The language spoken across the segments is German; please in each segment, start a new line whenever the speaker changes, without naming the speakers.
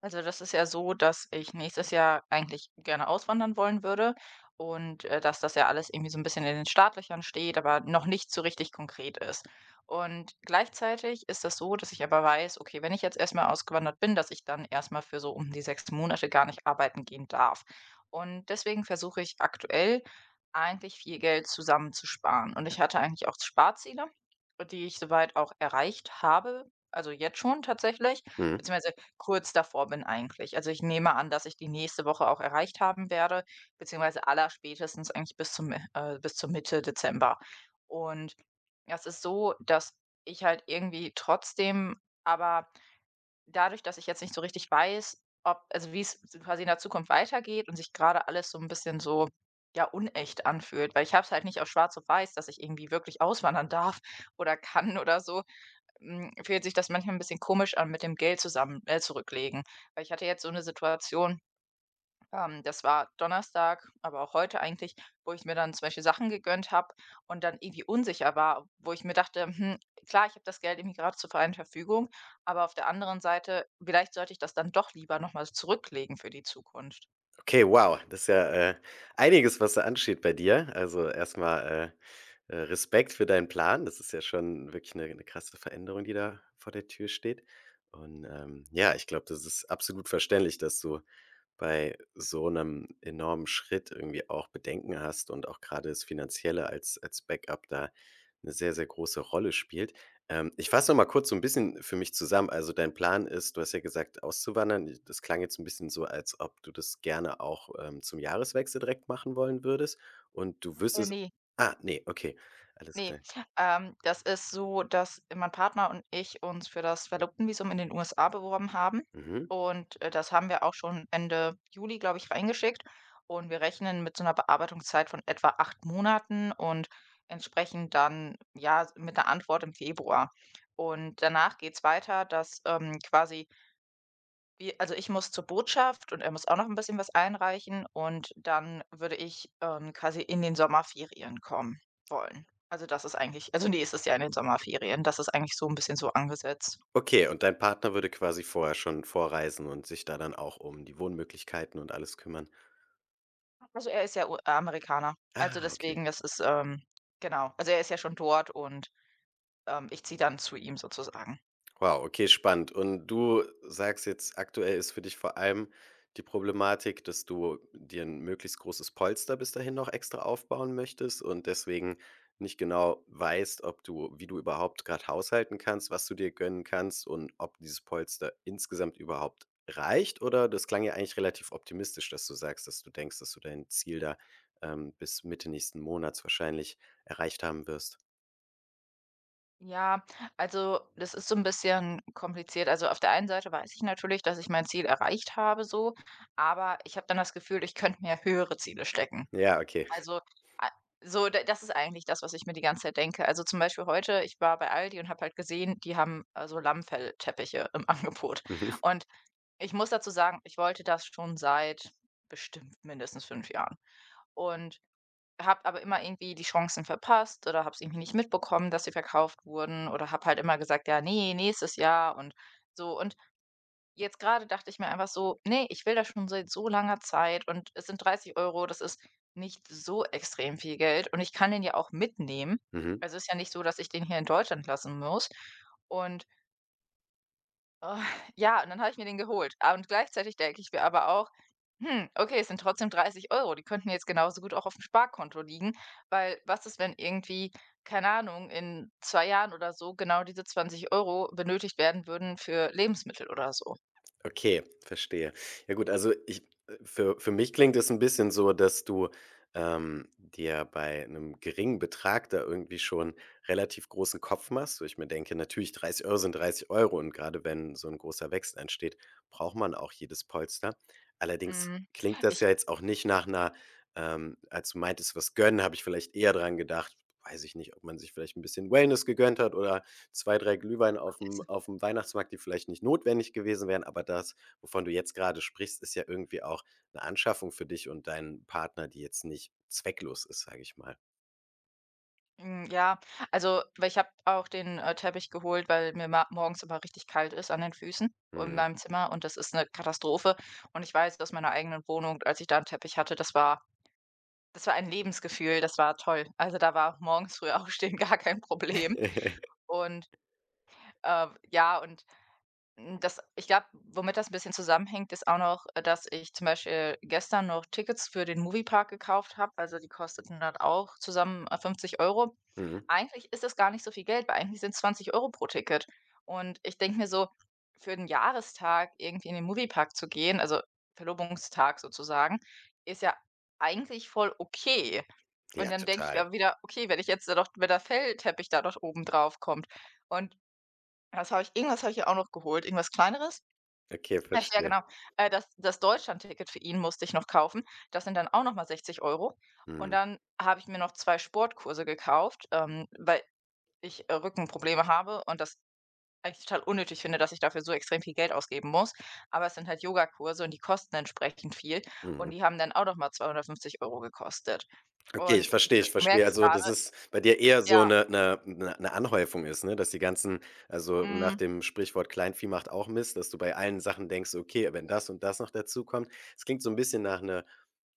Also, das ist ja so, dass ich nächstes Jahr eigentlich gerne auswandern wollen würde und, dass das ja alles irgendwie so ein bisschen in den Startlöchern steht, aber noch nicht so richtig konkret ist. Und gleichzeitig ist das so, dass ich aber weiß, okay, wenn ich jetzt erst mal ausgewandert bin, dass ich dann erst mal für so um die 6 Monate gar nicht arbeiten gehen darf. Und deswegen versuche ich aktuell eigentlich viel Geld zusammenzusparen. Und ich hatte eigentlich auch Sparziele, die ich soweit auch erreicht habe, also jetzt schon tatsächlich,
Mhm.
beziehungsweise kurz davor bin eigentlich. Also, ich nehme an, dass ich die nächste Woche auch erreicht haben werde, beziehungsweise allerspätestens eigentlich bis zum, bis zur Mitte Dezember. Und das ist so, dass ich halt irgendwie trotzdem aber dadurch, dass ich jetzt nicht so richtig weiß, ob also, wie es quasi in der Zukunft weitergeht und sich gerade alles so ein bisschen so, ja, unecht anfühlt, weil ich habe es halt nicht auf schwarz auf weiß, dass ich irgendwie wirklich auswandern darf oder kann oder so, hm, fühlt sich das manchmal ein bisschen komisch an mit dem Geld zusammen zurücklegen. Weil ich hatte jetzt so eine Situation, das war Donnerstag, aber auch heute eigentlich, wo ich mir dann zum Beispiel Sachen gegönnt habe und dann irgendwie unsicher war, wo ich mir dachte: „Hm, klar, ich habe das Geld irgendwie gerade zur freien Verfügung, aber auf der anderen Seite, vielleicht sollte ich das dann doch lieber noch mal zurücklegen für die Zukunft.“
Okay, wow, das ist ja, einiges, was da ansteht bei dir. Also, erstmal Respekt für deinen Plan. Das ist ja schon wirklich eine 'ne krasse Veränderung, die da vor der Tür steht. Und, ja, ich glaube, das ist absolut verständlich, dass du bei so einem enormen Schritt irgendwie auch Bedenken hast und auch gerade das Finanzielle als Backup da eine sehr, sehr große Rolle spielt. Ich fasse noch mal kurz so ein bisschen für mich zusammen. Also, dein Plan ist, du hast ja gesagt, auszuwandern. I Das klang jetzt ein bisschen so, als ob du das gerne auch, zum Jahreswechsel direkt machen wollen würdest und du wüsstest.
Ne,
Ah, nee, okay, alles
ne,
klar.
das ist so, dass mein Partner und ich uns für das Verlobtenvisum in den USA beworben haben
Mhm.
und, das haben wir auch schon Ende Juli, glaube ich, reingeschickt und wir rechnen mit so einer Bearbeitungszeit von etwa 8 Monaten und entsprechend dann, ja, mit 'ner Antwort im Februar. Und danach geht's weiter, dass, quasi wie also, ich muss zur Botschaft und er muss auch noch ein bisschen was einreichen und dann würde ich, quasi in den Sommerferien kommen wollen. Also, das ist eigentlich also, nächstes ja in den Sommerferien. Das ist eigentlich so ein bisschen so angesetzt.
Okay, und dein Partner würde quasi vorher schon vorreisen und sich da dann auch um die Wohnmöglichkeiten und alles kümmern.
Also, er ist ja U Amerikaner. Also,
Ah, okay.
deswegen, das ist, genau. Also, er ist ja schon dort und, ich ziehe dann zu ihm sozusagen.
Wow, okay, spannend. Und du sagst jetzt, aktuell ist für dich vor allem die Problematik, dass du dir ein möglichst großes Polster bis dahin noch extra aufbauen möchtest und deswegen nicht genau weißt, ob du, wie du überhaupt gerade haushalten kannst, was du dir gönnen kannst und ob dieses Polster insgesamt überhaupt reicht, oder? Das klang ja eigentlich relativ optimistisch, dass du sagst, dass du denkst, dass du dein Ziel da, bis Mitte nächsten Monats wahrscheinlich erreicht haben wirst.
Ja, also, das ist so ein bisschen kompliziert. Also, auf der einen Seite weiß ich natürlich, dass ich mein Ziel erreicht habe so, aber ich habe dann das Gefühl, ich könnte mir höhere Ziele stecken.
Ja, okay.
Also, a so, da das ist eigentlich das, was ich mir die ganze Zeit denke. Also, zum Beispiel heute, ich war bei Aldi und habe halt gesehen, die haben, so Lammfellteppiche im Angebot.
Mhm.
Und ich muss dazu sagen, ich wollte das schon seit bestimmt mindestens 5 Jahren und habe aber immer irgendwie die Chancen verpasst oder habe es irgendwie nicht mitbekommen, dass sie verkauft wurden oder habe halt immer gesagt: „Ja, nee, nächstes Jahr“ und so. Und jetzt gerade dachte ich mir einfach so: „Nee, ich will das schon seit so langer Zeit und es sind 30 Euro, das ist nicht so extrem viel Geld und ich kann den ja auch mitnehmen.“
Mhm.
Also, ist ja nicht so, dass ich den hier in Deutschland lassen muss und, ah, ja, und dann habe ich mir den geholt. Und gleichzeitig denke ich mir aber auch: „Hm, okay, es sind trotzdem 30 Euro, die könnten jetzt genauso gut auch auf dem Sparkonto liegen“, weil was ist, wenn irgendwie, keine Ahnung, in 2 Jahren oder so genau diese 20 € benötigt werden würden für Lebensmittel oder so?
Okay, verstehe. Ja gut, also ich, für mich klingt es ein bisschen so, dass du, dir bei einem geringen Betrag da irgendwie schon relativ großen Kopf machst. So ich mir denke, natürlich 30€ sind 30€, und gerade wenn so ein großer Wechsel entsteht, braucht man auch jedes Polster. Allerdings
Hm,
klingt das
ich
ja jetzt auch nicht nach einer, als du meintest: „Was gönnen", habe ich vielleicht eher dran gedacht, weiß ich nicht, ob man sich vielleicht ein bisschen Wellness gegönnt hat oder 2 3 Glühwein auf dem Weihnachtsmarkt, die vielleicht nicht notwendig gewesen wären, aber das, wovon du jetzt gerade sprichst, ist ja irgendwie auch eine Anschaffung für dich und deinen Partner, die jetzt nicht zwecklos ist, sage ich mal.
Ja, also, weil ich habe auch den, Teppich geholt, weil mir ma morgens immer richtig kalt ist an den Füßen in
Mhm.
meinem Zimmer und das ist eine Katastrophe. Und ich weiß aus meiner eigenen Wohnung, als ich da einen Teppich hatte, das war ein Lebensgefühl, das war toll. Also, da war morgens früh aufstehen gar kein Problem. Und, ja, und das, ich glaube, womit das ein bisschen zusammenhängt, ist auch noch, dass ich zum Beispiel gestern noch Tickets für den Moviepark gekauft habe. Also, die kosteten dann auch zusammen, 50 Euro.
Mhm.
Eigentlich ist das gar nicht so viel Geld, weil eigentlich sind's 20 € pro Ticket. Und ich denke mir so, für den Jahrestag irgendwie in den Moviepark zu gehen, also Verlobungstag sozusagen, ist ja eigentlich voll okay. Und
Ja,
dann denke ich mir
total.
aber wieder: „Okay, wenn ich jetzt da noch, wenn der Fellteppich da doch oben drauf kommt“ und ja, das habe ich irgendwas habe ich ja auch noch geholt, irgendwas Kleineres.
Okay,
Also, ja,
verstehe.
genau. Das Deutschlandticket für ihn musste ich noch kaufen. Das sind dann auch noch mal 60 Euro. Und
Mhm.
dann habe ich mir noch 2 Sportkurse gekauft, weil ich, Rückenprobleme habe und das eigentlich total unnötig finde, dass ich dafür so extrem viel Geld ausgeben muss. Aber es sind halt Yogakurse und die kosten entsprechend viel und
Mhm.
die haben dann auch noch mal 250 € gekostet.
Okay, ich
Und
verstehe, ich
du
verstehe.
merkst
Also, dass
gerade,
es bei dir eher so
ja,
'ne Anhäufung ist, ne? Dass die ganzen, also, nach
mhm,
dem Sprichwort „Kleinvieh macht auch Mist", dass du bei allen Sachen denkst: „Okay, wenn das und das noch dazukommt". Es klingt so 'n bisschen nach 'ner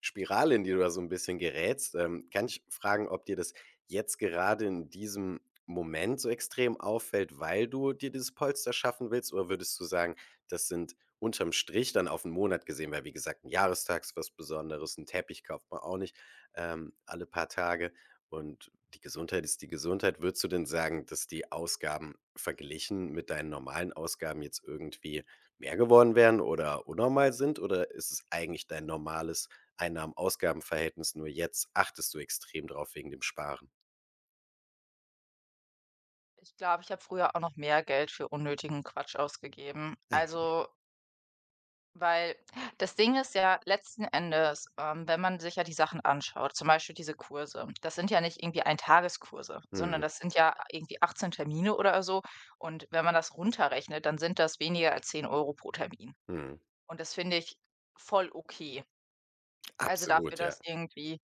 Spirale, in die du da so 'n bisschen gerätst. Kann ich fragen, ob dir das jetzt gerade in diesem Moment so extrem auffällt, weil du dir dieses Polster schaffen willst? Oder würdest du sagen, das sind unterm Strich dann auf 'n Monat gesehen, weil, wie gesagt, 'n Jahrestag ist was Besonderes, 'n Teppich kauft man auch nicht, alle paar Tage. Und die Gesundheit ist die Gesundheit. Würdest du denn sagen, dass die Ausgaben verglichen mit deinen normalen Ausgaben jetzt irgendwie mehr geworden wären oder unnormal sind? Oder ist es eigentlich dein normales Einnahmen-Ausgaben-Verhältnis? Nur jetzt achtest du extrem drauf wegen dem Sparen.
ich glaube, ich habe früher auch noch mehr Geld für unnötigen Quatsch ausgegeben. Also, weil das Ding ist ja letzten Endes, wenn man sich ja die Sachen anschaut, zum Beispiel diese Kurse, das sind ja nicht irgendwie Eintageskurse, sondern
Mhm,
das sind ja irgendwie 18 Termine oder so. Und wenn man das runterrechnet, dann sind das weniger als 10 € pro Termin.
mhm.
Und das finde ich voll okay. Also dafür,
Absolut, ja.
dass irgendwie,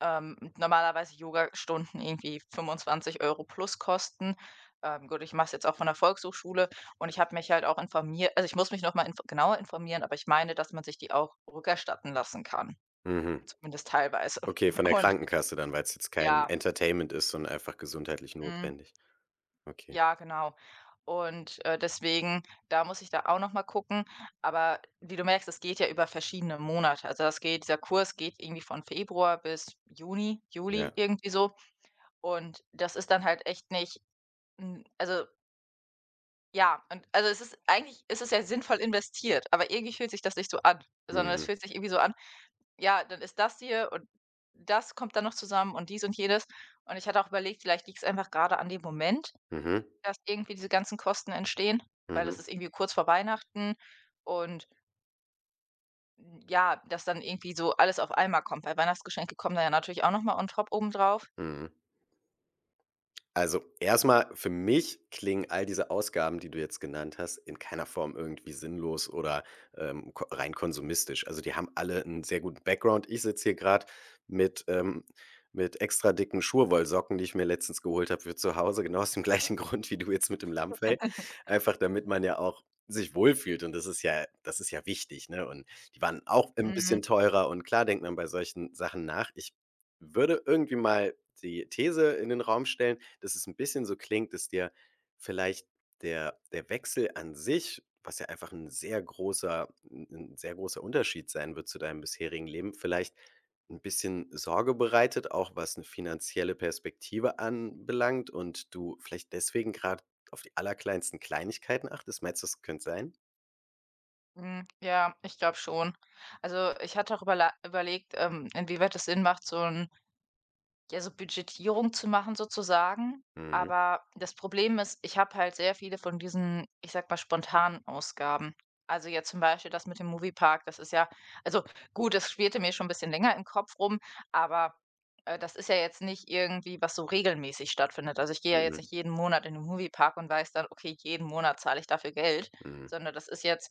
normalerweise Yogastunden irgendwie 25 € plus kosten. Gut, ich mache es jetzt auch von der Volkshochschule und ich habe mich halt auch informiert, also, ich muss mich noch mal inf genauer informieren, aber ich meine, dass man sich die auch rückerstatten lassen kann,
Mhm.
zumindest teilweise.
Okay, von der
Und
Krankenkasse dann, weil es jetzt kein
ja,
Entertainment ist, sondern einfach gesundheitlich
mhm,
notwendig. Okay,
ja, genau. Und, deswegen, da muss ich da auch noch mal gucken. Aber wie du merkst, es geht ja über verschiedene Monate. Also, das geht dieser Kurs geht irgendwie von Februar bis Juni, Juli,
ja.
irgendwie so. Und das ist dann halt echt nicht. Hm, also, ja, und also, es ist eigentlich, ist es ja sinnvoll investiert, aber irgendwie fühlt sich das nicht so an, sondern es
Mhm.
fühlt sich irgendwie so an: „Ja, dann ist das hier und das kommt dann noch zusammen und dies und jenes.“ Und ich hatte auch überlegt, vielleicht liegt es einfach gerade an dem Moment,
Mhm.
dass irgendwie diese ganzen Kosten entstehen, weil es
Mhm.
ist irgendwie kurz vor Weihnachten und, ja, dass dann irgendwie so alles auf einmal kommt, weil Weihnachtsgeschenke kommen da ja natürlich auch noch mal on top obendrauf.
Mhm. Also, erstmal für mich klingen all diese Ausgaben, die du jetzt genannt hast, in keiner Form irgendwie sinnlos oder, ko rein konsumistisch. Also, die haben alle einen sehr guten Background. Ich sitze hier gerade mit, ähm mit extra dicken Schurwollsocken, die ich mir letztens geholt habe für zu Hause, genau aus dem gleichen Grund, wie du jetzt mit dem Lammfell. Einfach damit man ja auch sich wohlfühlt, und das ist ja, das ist ja wichtig, ne? Und die waren auch ein bisschen
Mhm.
teurer, und klar denkt man bei solchen Sachen nach. Ich würde irgendwie mal die These in den Raum stellen, dass es ein bisschen so klingt, dass dir vielleicht der Wechsel an sich, was ja einfach ein sehr großer, ein 'n sehr großer Unterschied sein wird zu deinem bisherigen Leben, vielleicht ein bisschen Sorge bereitet, auch was eine finanzielle Perspektive anbelangt, und du vielleicht deswegen gerade auf die allerkleinsten Kleinigkeiten achtest. Meinst du, das könnte sein?
Hm, ja, ich glaube schon. Also, ich hatte auch überla überlegt, inwieweit es Sinn macht, so ein ja, so Budgetierung zu machen sozusagen.
Mhm,
Aber das Problem ist, ich habe halt sehr viele von diesen, ich sag mal, spontanen Ausgaben. Also jetzt zum Beispiel das mit dem Moviepark, das ist ja, also gut, das schwirrte mir schon ein bisschen länger im Kopf rum, aber, das ist ja jetzt nicht irgendwie, was so regelmäßig stattfindet. Also, ich gehe ja jetzt
mhm,
nicht jeden Monat in den Moviepark und weiß dann: „Okay, jeden Monat zahle ich dafür Geld“,
mhm.
sondern das ist jetzt,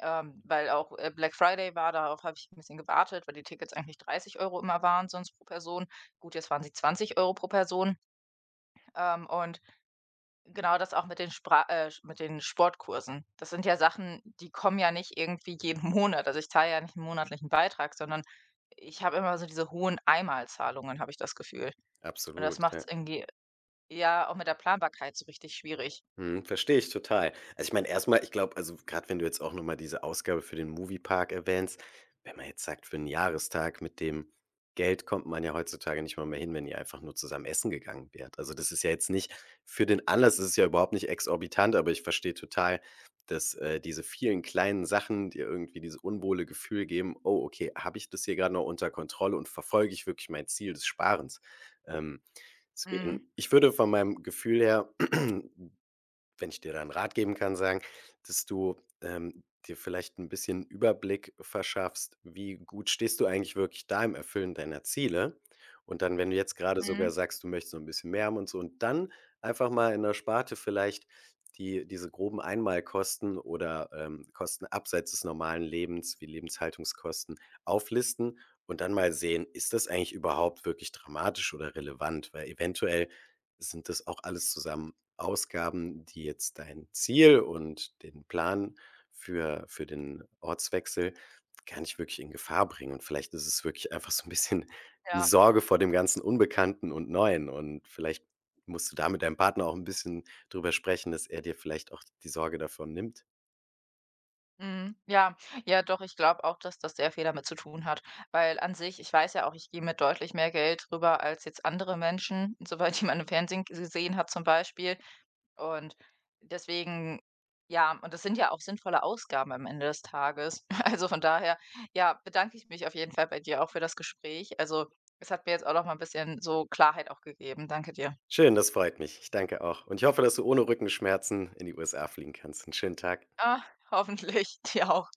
weil auch, Black Friday war, darauf habe ich ein bisschen gewartet, weil die Tickets eigentlich 30 € immer waren sonst pro Person. Gut, jetzt waren sie 20 € pro Person. Und genau das auch mit den Spra mit den Sportkursen. Das sind ja Sachen, die kommen ja nicht irgendwie jeden Monat. Also, ich zahle ja nicht einen monatlichen Beitrag, sondern ich habe immer so diese hohen Einmalzahlungen, habe ich das Gefühl. Und das
Absolut,
macht
ja.
es irgendwie, ja, auch mit der Planbarkeit so richtig schwierig.
Mhm, verstehe ich total. Also, ich meine, erstmal, ich glaube, also, gerade wenn du jetzt auch noch mal diese Ausgabe für den Moviepark erwähnst, wenn man jetzt sagt, für 'n Jahrestag mit dem Geld kommt man ja heutzutage nicht mal mehr hin, wenn ihr einfach nur zusammen essen gegangen wärt. Also, das ist ja jetzt nicht für den Anlass, das ist ja überhaupt nicht exorbitant, aber ich verstehe total, dass, diese vielen kleinen Sachen dir irgendwie dieses unwohle Gefühl geben: „Oh, okay, habe ich das hier gerade noch unter Kontrolle und verfolge ich wirklich mein Ziel des Sparens?" Ähm,
Mhm,
deswegen, ich würde von meinem Gefühl her wenn ich dir da 'n Rat geben kann, sagen, dass du, dir vielleicht ein bisschen Überblick verschaffst, wie gut stehst du eigentlich wirklich da im Erfüllen deiner Ziele? Und dann, wenn du jetzt gerade sogar
mhm,
sagst, du möchtest noch 'n bisschen mehr haben und so, und dann einfach mal in der Sparte vielleicht die diese groben Einmalkosten oder, Kosten abseits des normalen Lebens wie Lebenshaltungskosten auflisten, und dann mal sehen, ist das eigentlich überhaupt wirklich dramatisch oder relevant? Weil eventuell sind das auch alles zusammen Ausgaben, die jetzt dein Ziel und den Plan für den Ortswechsel gar nicht wirklich in Gefahr bringen. Und vielleicht ist es wirklich einfach so ein bisschen die
ja.
Sorge vor dem ganzen Unbekannten und Neuen. Und vielleicht musst du da mit deinem Partner auch ein bisschen drüber sprechen, dass er dir vielleicht auch die Sorge davon nimmt.
Mhm. Ja, ja, doch, ich glaube auch, dass das sehr viel damit zu tun hat, weil an sich, ich weiß ja auch, ich gehe mit deutlich mehr Geld rüber als jetzt andere Menschen, soweit die man im Fernsehen gesehen hat zum Beispiel. Und deswegen, ja, und das sind ja auch sinnvolle Ausgaben am Ende des Tages. Also von daher, ja, bedanke ich mich auf jeden Fall bei dir auch für das Gespräch. Also, es hat mir jetzt auch noch mal ein bisschen so Klarheit auch gegeben. Danke dir.
Schön, das freut mich. Ich danke auch. Und ich hoffe, dass du ohne Rückenschmerzen in die USA fliegen kannst. 'N schönen Tag.
Ah, hoffentlich. Dir auch.